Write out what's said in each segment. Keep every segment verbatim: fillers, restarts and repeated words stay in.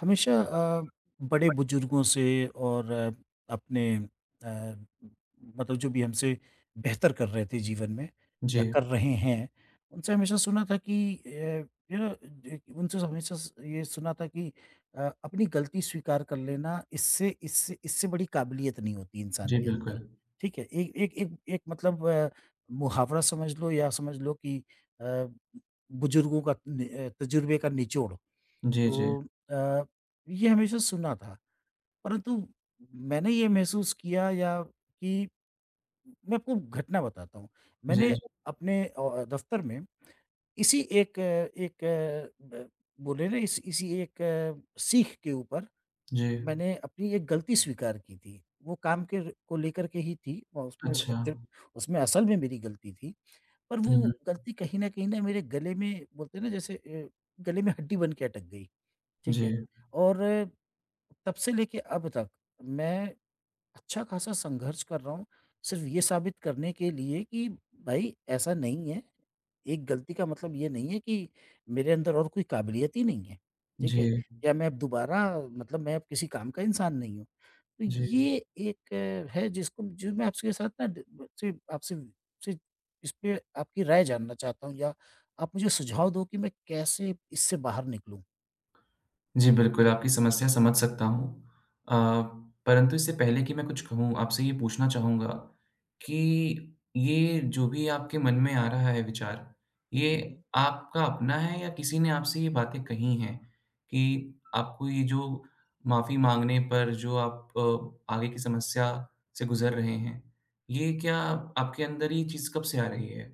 हमेशा अ, बड़े बुजुर्गों से और अ, अपने अ, मतलब जो भी हमसे बेहतर कर रहे थे जीवन में या जी, कर रहे हैं, उनसे हमेशा सुना था कि अ, यू नो ज उनसे हमेशा स ये सुना था कि अ, अपनी गलती स्वीकार कर लेना इससे इससे इससे बड़ी काबिलियत नहीं होती इंसान जी, के अंदर। बिल्कुल। ठीक है? एक एक एक एक मतलब अ, मुहावरा समझ लो या समझ लो कि अ, बुजुर्गों का नि अ, तजुर्बे का निचोड़। जी, जी। तो अ, ये हमेशा सुना था, परंतु मैंने ये महसूस किया या कि मैं आपको घटना बताता हूँ। जी, मैंने जी, अपने अ, दफ़्तर में इसी एक अ, एक अ, ब बोले ना इस इसी एक अ, सीख के ऊपर जी। मैंने अपनी एक गलती स्वीकार की थी। वो काम के को लेकर के ही थी और उसमें अच्छा। एक्चुअल उसमें असल में मेरी गलती थी। पर हुँ, वो हुँ। गलती कहीं न कहीं ना मेरे गले में बोलते हैं ना जैसे अ, गले में हड्डी बन के अटक गई। ठीक जी, है? और तब से लेके अब तक मैं अच्छा खासा संघर्ष कर रहा हूँ, सिर्फ़ ये साबित करने के लिए कि भाई ऐसा नहीं है, एक गलती का मतलब ये नहीं है कि मेरे अंदर और कोई काबिलियत ही नहीं है। ठीक है? जी, या मैं अब दोबारा मतलब मैं अब किसी काम का इंसान नहीं हूँ। तो जी। ये एक अ, है जिसको जो मैं आपके साथ ना ड से आपसे से इस पे आपकी राय जानना चाहता हूँ या आप मुझे सुझाव दो कि मैं कैसे इससे बाहर निकलूँ? जी, बिल्कुल, आपकी समस्या समझ सकता हूँ। अ, परंतु इससे पहले कि मैं कुछ कहूँ, आपसे ये पूछना चाहूँगा कि ये जो भी आपके मन में आ रहा है विचार, हुँ, ये हुँ। आपका अपना है या किसी ने आपसे ये बातें कही हैं कि आपको ये जो माफ़ी माँगने पर जो आप अ, आगे की समस्या से गुज़र रहे हैं, ये क्या आपके अंदर ये चीज़ कब से आ रही है?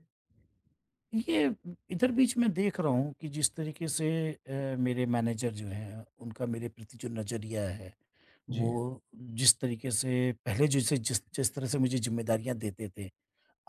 ये इधर बीच मैं देख रहा हूँ कि जिस तरीके से अ, मेरे मैनेजर जो हैं, उनका मेरे प्रति जो नज़रिया है, जी, वो जिस तरीके से पहले जैसे जिस जिस तरह से मुझे ज़िम्मेदारियाँ देते थे,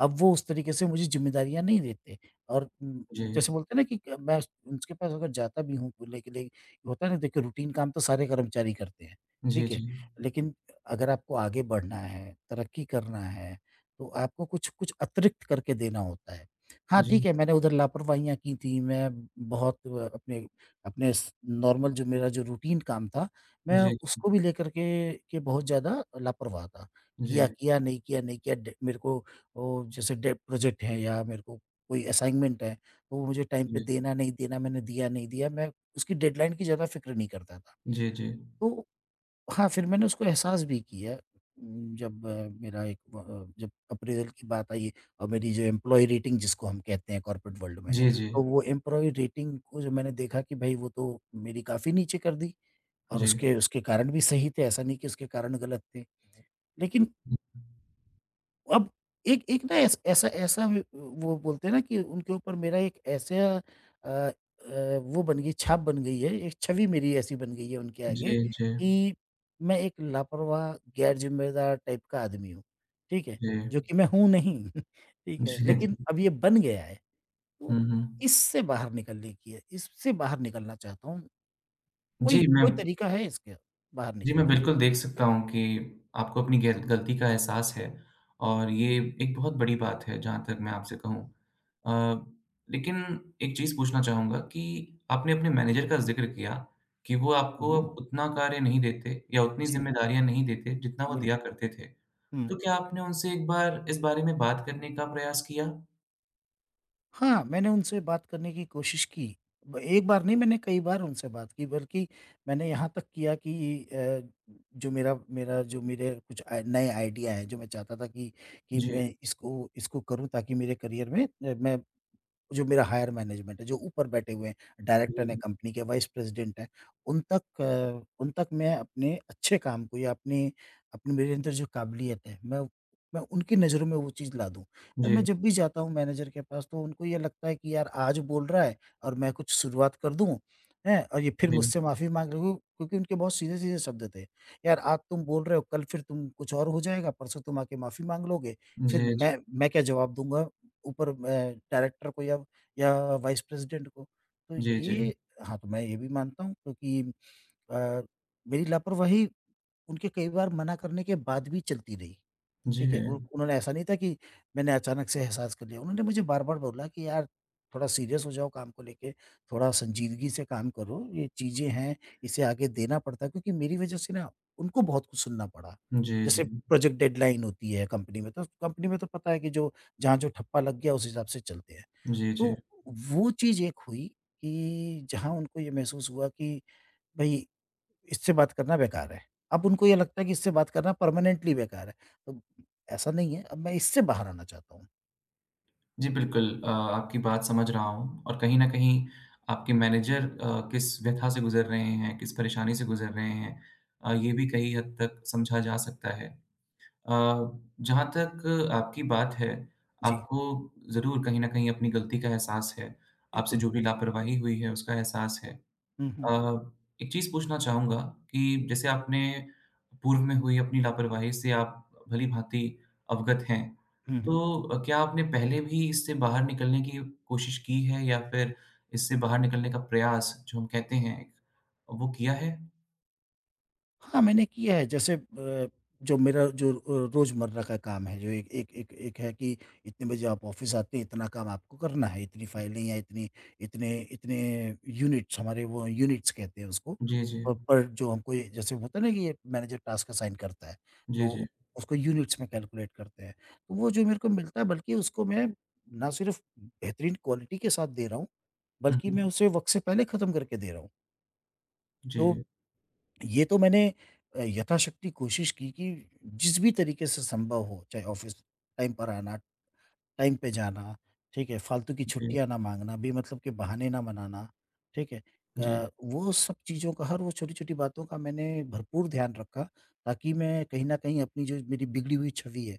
अब वो उस तरीके से मुझे ज़िम्मेदारियाँ नहीं देते और उम, जी। जैसे बोलते हैं ना कि क मैं उनके पास अगर जाता भी हूँ लेकिन ले होता है ना, देखिए, रूटीन काम तो सारे कर्मचारी करते हैं। जी, ठीक है? जी। लेकिन अगर आपको आगे बढ़ना है, तरक्की करना है, तो आपको कुछ कुछ अतिरिक्त करके देना होता है। हाँ, ठीक जी, है, मैंने उधर लापरवाहियाँ की थी। मैं बहुत अ, अपने अपने स नॉर्मल जो मेरा जो रूटीन काम था, मैं जी, जी, उसको भी लेकर के के बहुत ज़्यादा लापरवाह था। किया, जी, किया, नहीं किया, नहीं किया, ड मेरे को वो जैसे डे प्रोजेक्ट है या मेरे को कोई असाइनमेंट है, तो वो मुझे टाइम पे जी, देना, नहीं देना, मैंने दिया, नहीं दिया, मैं उसकी डेडलाइन की ज़्यादा फ़िक्र नहीं करता था। जी, जी। तो हाँ, फिर मैंने उसको एहसास भी किया उम, जब अ, मेरा एक व अ, जब अप्रेज़ल की बात आई और मेरी जो एम्प्लॉयी रेटिंग जिसको हम कहते हैं कॉर्पोरेट वर्ल्ड में, जी, जी। तो वो एम्प्लॉयी रेटिंग को जो मैंने देखा कि भई वो तो मेरी काफ़ी नीचे कर दी और जी। उसके उसके कारण भी सही थे, ऐसा नहीं कि उसके कारण गलत थे। लेकिन अब एक एक ना ऐस ऐसा ऐसा व वो बोलते हैं ना कि उनके ऊपर मेरा एक ऐसा अ अ, वो बन गई छाप बन गई है, एक छवि मेरी ऐसी बन गई है उनके आगे जी, जी, कि मैं एक लापरवाह, गैर-ज़िम्मेदार टाइप का आदमी हूँ। ठीक है? जी। जो कि मैं हूँ नहीं, ठीक है? जी, जी। लेकिन अब ये बन गया है, तो हुँ, हुँ। इससे बाहर निकलने की है, इससे बाहर निकलना चाहता हूँ। कोई जी, मैं कोई तरीका है इसके बाहर जी, मैं निकलने का? बिल्कुल देख सकता हूँ कि आपको अपनी गल गलती का एहसास है और ये एक बहुत बड़ी बात है, जहाँ तक मैं आपसे कहूँ। अ, लेकिन एक चीज़ पूछना चाहूँगा कि आपने अपने मैनेजर का ज़िक्र किया कि वो हुँ, आपको हुँ। अब उतना कार्य नहीं देते या उतनी जी, ज़िम्मेदारियाँ नहीं देते, जितना वो बिल्कुल। दिया करते थे। हुँ। तो क्या आपने उनसे एक बार इस बारे में बात करने का प्रयास किया? हाँ, मैंने उनसे बात करने की कोशिश की। ब एक बार नहीं, मैंने कई बार उनसे बात की, बल्कि मैंने यहाँ तक किया कि अ, जो मेरा मेरा जो मेरे कुछ आइ नए आइडिया हैं जो मैं चाहता था कि कि जी। मैं इसको इसको करूँ, ताकि मेरे करियर में अ, मैं, जो मेरा हायर मैनेजमेंट है, जो ऊपर बैठे हुए हैं, जी। डायरेक्टर हैं कंपनी के, वाइस प्रेज़िडेंट हैं, उन तक अ, उन तक मैं अपने अच्छे काम को या अपने अपने मेरे अंदर जो काबिलियत है, मैं मैं उनकी नज़रों में वो चीज़ ला दूँ। और मैं जी, जब भी जाता हूँ मैनेजर के पास तो उनको ये लगता है कि यार आज बोल रहा है और मैं कुछ शुरुआत कर दूँ, हैं? और ये फिर जी। मुझसे माफ़ी माँग रहे हो, क्योंकि उनके बहुत सीधे-सीधे शब्द थे। यार आज तुम बोल रहे हो, कल फिर तुम कुछ और हो जाएगा, परसों तुम आके माफ़ी माँग लोगे, फिर जी, जी। मैं मैं क्या जवाब दूँगा ऊपर मैं डायरेक्टर को या या वाइस प्रेसिडेंट को? तो जी, जी। ये हाँ, तो मैं ये भी मानता हूँ, क्योंकि अ, मेरी लापरवाही उनके कई बार मना करने के बाद भी चलती रही। जी। ठीक है? उन उन्होंने, ऐसा नहीं था कि मैंने अचानक से एहसास कर लिया। उन्होंने मुझे बार-बार बोला कि यार थोड़ा सीरियस हो जाओ काम को लेके, थोड़ा संजीदगी से काम करो, ये चीज़ें हैं, इसे आगे देना पड़ता है, क्योंकि मेरी वज़ह से ना उनको बहुत कुछ सुनना पड़ा। जी, जी। जैसे प्रोजेक्ट डेडलाइन होती है कंपनी में, तो कंपनी में तो पता है कि जो जहाँ जो ठप्पा लग गया उस हिसाब से चलते हैं। जी, जी। तो वो चीज़ एक हुई कि जहाँ उनको ये महसूस हुआ कि भई इससे बात करना बेकार है। अब उनको ये लगता है कि इससे बात करना परमानेंटली बेकार है। तो ऐसा नहीं है, अब मैं इससे बाहर आना चाहता हूँ। जी, बिल्कुल अ, आपकी बात समझ रहा हूँ और कहीं न कहीं आपके मैनेजर अ, किस व्यथा से गुज़र रहे हैं, किस परेशानी से गुज़र रहे हैं अ, ये भी कई हद तक समझा जा सकता है। अ, जहाँ तक आपकी बात है, जी, आपको ज़रूर कहीं न कहीं अपनी गलती का एहसास है। आपसे बिल्कुल। जो भी लापरवाही हुई है, उसका एहसास है। हुँ, हुँ। अ, एक चीज़ पूछना चाहूँगा कि जैसे आपने पूर्व में हुई अपनी लापरवाही से आप भली-भाँति अवगत हैं। हुँ, हुँ। तो अ, क्या आपने पहले भी इससे बाहर निकलने की कोशिश की है या फिर इससे बाहर निकलने का प्रयास जो हम कहते हैं, वो किया है? हाँ, मैंने किया है, जैसे अ, जो मेरा जो अ, रोज़मर्रा का काम है जो एक एक एक एक है कि इतने बजे आप ऑफ़िस आते हैं, इतना काम आपको करना है, इतनी फाइलें या इतनी इतने इतने यूनिट्स, हमारे वो यूनिट्स कहते हैं उसको जी, जी। अ, पर, जो हमको ये, जैसे होता है ना कि ये मैनेजर टास्क असाइन करता है, जी, तो जी। उसको यूनिट्स में कैलकुलेट करते हैं। तो वो जो मेरे को मिलता है, बल्कि उसको मैं ना सिर्फ़ बेहतरीन क्वालिटी के साथ दे रहा हूँ, हुँ, बल्कि मैं हुँ। उसे वक़्त से पहले ख़त्म करके दे रहा हूँ। तो जी, ये तो मैंने अ, यथाशक्ति कोशिश की कि जिस भी तरीके से संभव हो, चाहे ऑफ़िस टाइम पर आना, टाइम पे जाना, ठीक है? फालतू की जी, छुट्टियाँ ना माँगना, बेमतलब के बहाने ना बनाना, ठीक है? जी। अ, वो सब चीज़ों का, हर वो छोटी-छोटी बातों का मैंने भरपूर ध्यान रखा, ताकि मैं कहीं न कहीं अपनी जो मेरी बिगड़ी हुई छवि है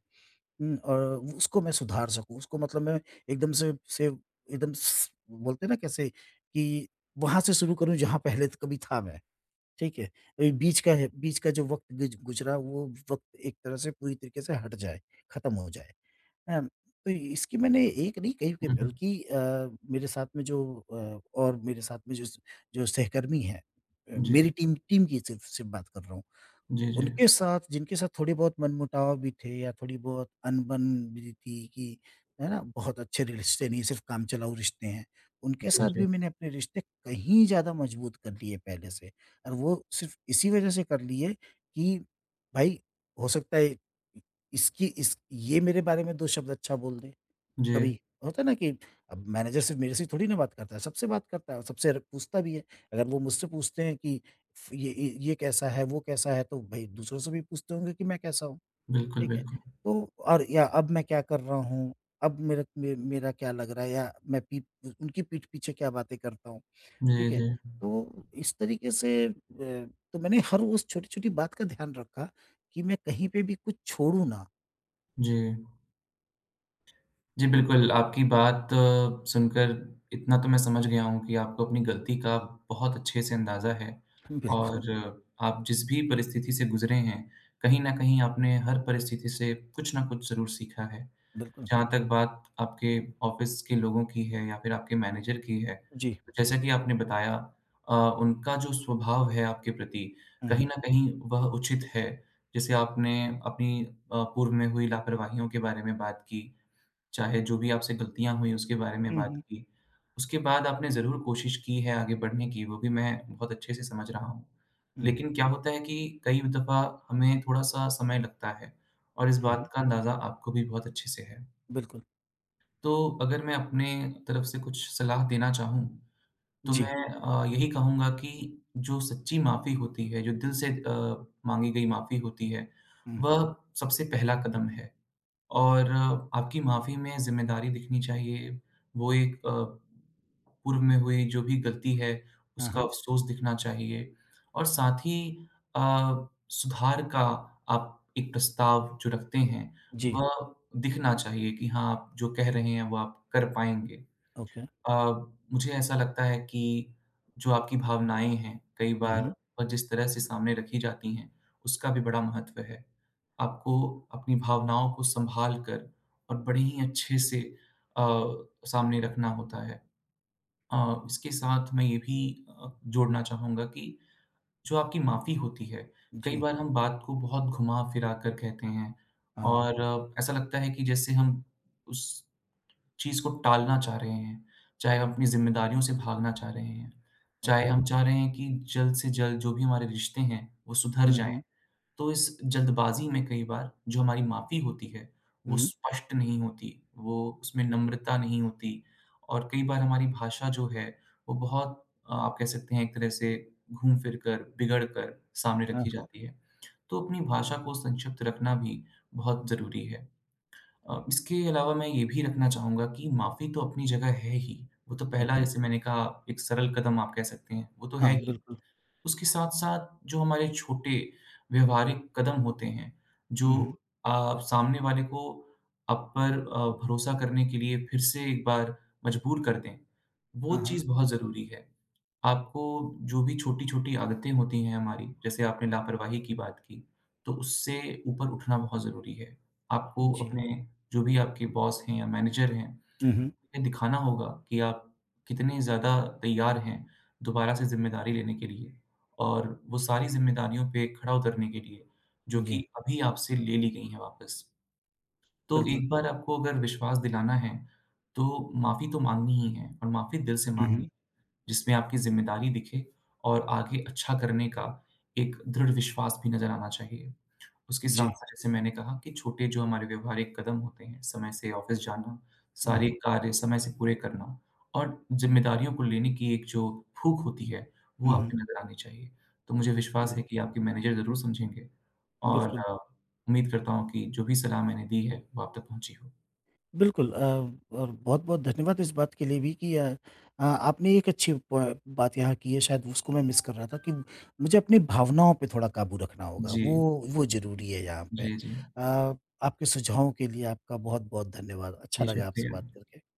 हुँ, और उसको मैं सुधार सकूँ। उसको मतलब मैं एकदम से से एकदम स बोलते हैं ना, कैसे कि वहाँ से शुरू करूँ जहाँ पहले त कभी था मैं। ठीक है? ए, बीच का है बीच का जो वक़्त गुज गुज़रा, वो वक़्त एक तरह से पूरी तरीके से हट जाए, ख़त्म हो जाए। हैं? तो इसकी मैंने एक नहीं कही, कि हुँ, हुँ। बल्कि अ, मेरे साथ में जो अ, और मेरे साथ में जो स जो सहकर्मी हैं, अ, जी, मेरी टीम टीम की सिर्फ़ सिर्फ़ बात कर रहा हूँ। जी, जी। उनके साथ, जिनके साथ थोड़े बहुत मनमुटाव भी थे या थोड़ी बहुत अनबन भी थी कि है ना, बहुत अच्छे रिश्ते नहीं, सिर्फ काम चलाऊ रिश्ते हैं, उनके जी, साथ भी जी। मैंने अपने रिश्ते कहीं ज़्यादा मजबूत कर लिए पहले से, और वो सिर्फ इसी वजह से कर लिए कि भाई हो सकता है इसकी इस ये मेरे बारे में दो शब्द अच्छा बोल दे। जी, कभी होता है ना कि अब मैनेजर सिर्फ मेरे से थोड़ी ना बात करता है, सबसे बात करता है और सबसे र पूछता भी है। अगर वो मुझसे पूछते हैं कि फ़ ये ये ये कैसा है, वो कैसा है, तो भई दूसरों से भी पूछते होंगे कि मैं कैसा हूँ। बिल्कुल, ठीक है? बिल्कुल। तो और या अब मैं क्या कर रहा हूँ, अब मेरा मे मेरा क्या लग रहा है, या मैं पीठ उनकी पीठ पीछे क्या बातें करता हूँ। ठीक जी, है? जी। तो इस तरीके से अ, तो मैंने हर उस छोटी-छोटी बात का ध्यान रखा कि मैं कहीं पे भी कुछ छोड़ूँ ना। जी। जी, बिल्कुल, आपकी बात अ, सुनकर इतना तो मैं समझ गया हूँ कि आपको अपनी गलती का बहुत अच्छे से अंदाज़ा है बिल्कुल, और अ, आप जिस भी परिस्थिति से गुज़रे हैं, कहीं न कहीं आपने हर परिस्थिति से कुछ न कुछ ज़रूर सीखा है। बिल्कुल। जहाँ तक बात आपके ऑफ़िस के लोगों की है या फिर आपके मैनेजर की है, जी। तो जैसा कि आपने बताया अ, उनका जो स्वभाव है आपके प्रति, हुँ, कहीं हुँ। न कहीं वह उचित है। जैसे आपने अपनी अ, पूर्व में हुई लापरवाहियों के बारे में बात की चाहे जो भी आपसे गलतियाँ हुई उसके बारे में हुँ, बात हुँ। की। उसके बाद आपने ज़रूर कोशिश की है आगे बढ़ने की, वो भी मैं बहुत अच्छे से समझ रहा हूँ। हुँ, हुँ। लेकिन क्या होता है कि कई दफ़ा हमें थोड़ा-सा समय लगता है और इस हुँ, हुँ, बात का अंदाज़ा आपको भी बहुत अच्छे से है। बिल्कुल। तो अगर मैं अपने तरफ से कुछ सलाह देना चाहूँ, तो जी। मैं अ, यही कहूँगा कि जो सच्ची माफ़ी होती है, जो दिल से अ, माँगी गई माफ़ी होती है, हुँ, हुँ। वह सबसे पहला कदम है। और अ, आपकी माफ़ी में ज़िम्मेदारी दिखनी चाहिए। वो एक अ, पूर्व में हुई जो भी गलती है, हाँ, उसका हाँ। अफ़सोस दिखना चाहिए और साथ ही अ, सुधार का आप एक प्रस्ताव जो रखते हैं, जी, वह दिखना चाहिए कि हाँ, आप जो कह रहे हैं, वो आप कर पाएँगे। ओके। अ, मुझे ऐसा लगता है कि जो आपकी भावनाएँ हैं, कई हुँ, बार हुँ। और जिस तरह से सामने रखी जाती हैं, उसका भी बड़ा महत्व है। आपको अपनी भावनाओं को सँभाल कर और बड़े ही अच्छे से अ, सामने रखना होता है। अ, इसके साथ मैं ये भी अ, जोड़ना चाहूँगा कि जो आपकी माफ़ी होती है, कई जी, बार हम बात को बहुत घुमा-फिरा कर कहते हैं हाँ, और अ, ऐसा लगता है कि जैसे हम उस चीज़ को टालना चाह रहे हैं, चाहे हम अपनी ज़िम्मेदारियों से भागना चाह रहे हैं, चाहे ओके। हम चाह रहे हैं कि जल्द से जल्द जो भी हमारे रिश्ते हैं, वो सुधर हुँ, जाएँ। हुँ, तो इस जल्दबाज़ी में कई बार जो हमारी माफ़ी होती है, वो हुँ। स्पष्ट नहीं होती, वो उसमें नम्रता नहीं होती और कई बार हमारी भाषा जो है, वो बहुत अ, आप कह सकते हैं एक तरह से घूम-फिर कर, बिगड़ कर सामने हाँ, रखी हाँ। जाती है। तो अपनी भाषा को संक्षिप्त रखना भी बहुत ज़रूरी है। अ, इसके अलावा मैं ये भी रखना चाहूँगा कि माफ़ी तो अपनी जगह है ही। वो तो पहला ओके। जैसे मैंने कहा एक सरल कदम आप कह सकते हैं, वो तो है हाँ, ही। बिल्कुल। उसके साथ-साथ जो हमारे छोटे व्यवहारिक कदम होते हैं, हुँ, जो हुँ। अ, सामने वाले को आप पर अ, भरोसा करने के लिए फिर से एक बार मजबूर कर दें, वो हाँ, हाँ। चीज़ बहुत ज़रूरी है। आपको जो भी छोटी-छोटी आदतें होती हैं हमारी, जैसे आपने लापरवाही की बात की, तो उससे ऊपर उठना बहुत ज़रूरी है। आपको जी। अपने जो भी आपके बॉस हैं या मैनेजर हैं, हुँ, हुँ। ये दिखाना होगा कि आप कितने ज़्यादा तैयार हैं दोबारा से ज़िम्मेदारी लेने के लिए और वो सारी ज़िम्मेदारियों पे खरा उतरने के लिए, जो जी, कि अभी आपसे ले ली गई हैं वापस। तो बिल्कुल। एक बार आपको अगर विश्वास दिलाना है, तो माफ़ी तो माँगनी ही है और माफ़ी दिल से हुँ, माँगनी, हुँ। जिसमें आपकी ज़िम्मेदारी दिखे और आगे अच्छा करने का एक दृढ़ विश्वास भी नज़र आना चाहिए। उसके जी। साथ-साथ जैसे मैंने कहा कि छोटे जो हमारे व्यवहारिक कदम होते हैं, समय से ऑफ़िस जाना, हुँ, सारे हुँ। कार्य समय से पूरे करना और ज़िम्मेदारियों को लेने की एक जो भूख होती है, वो हुँ, आप हुँ। में नज़र आनी चाहिए। तो मुझे विश्वास बिल है कि आपके मैनेजर ज़रूर समझेंगे और बिल्कुल। अ, उम्मीद करता हूँ कि जो भी सलाह मैंने दी है, वो आप तक पहुँची हो। बिल्कुल अ, और बहुत-बहुत धन्यवाद इस बात के लिए भी कि अ अ, आपने एक अच्छी प बात यहाँ की है, शायद उसको मैं मिस कर रहा था कि मुझे अपनी भावनाओं पे थोड़ा काबू रखना होगा, जी। वो वो ज़रूरी है यहाँ पे। जी, जी। अ, आपके सुझावों के लिए आपका बहुत-बहुत धन्यवाद। अच्छा जी, लगा आपसे शुक्रिया। बात करके।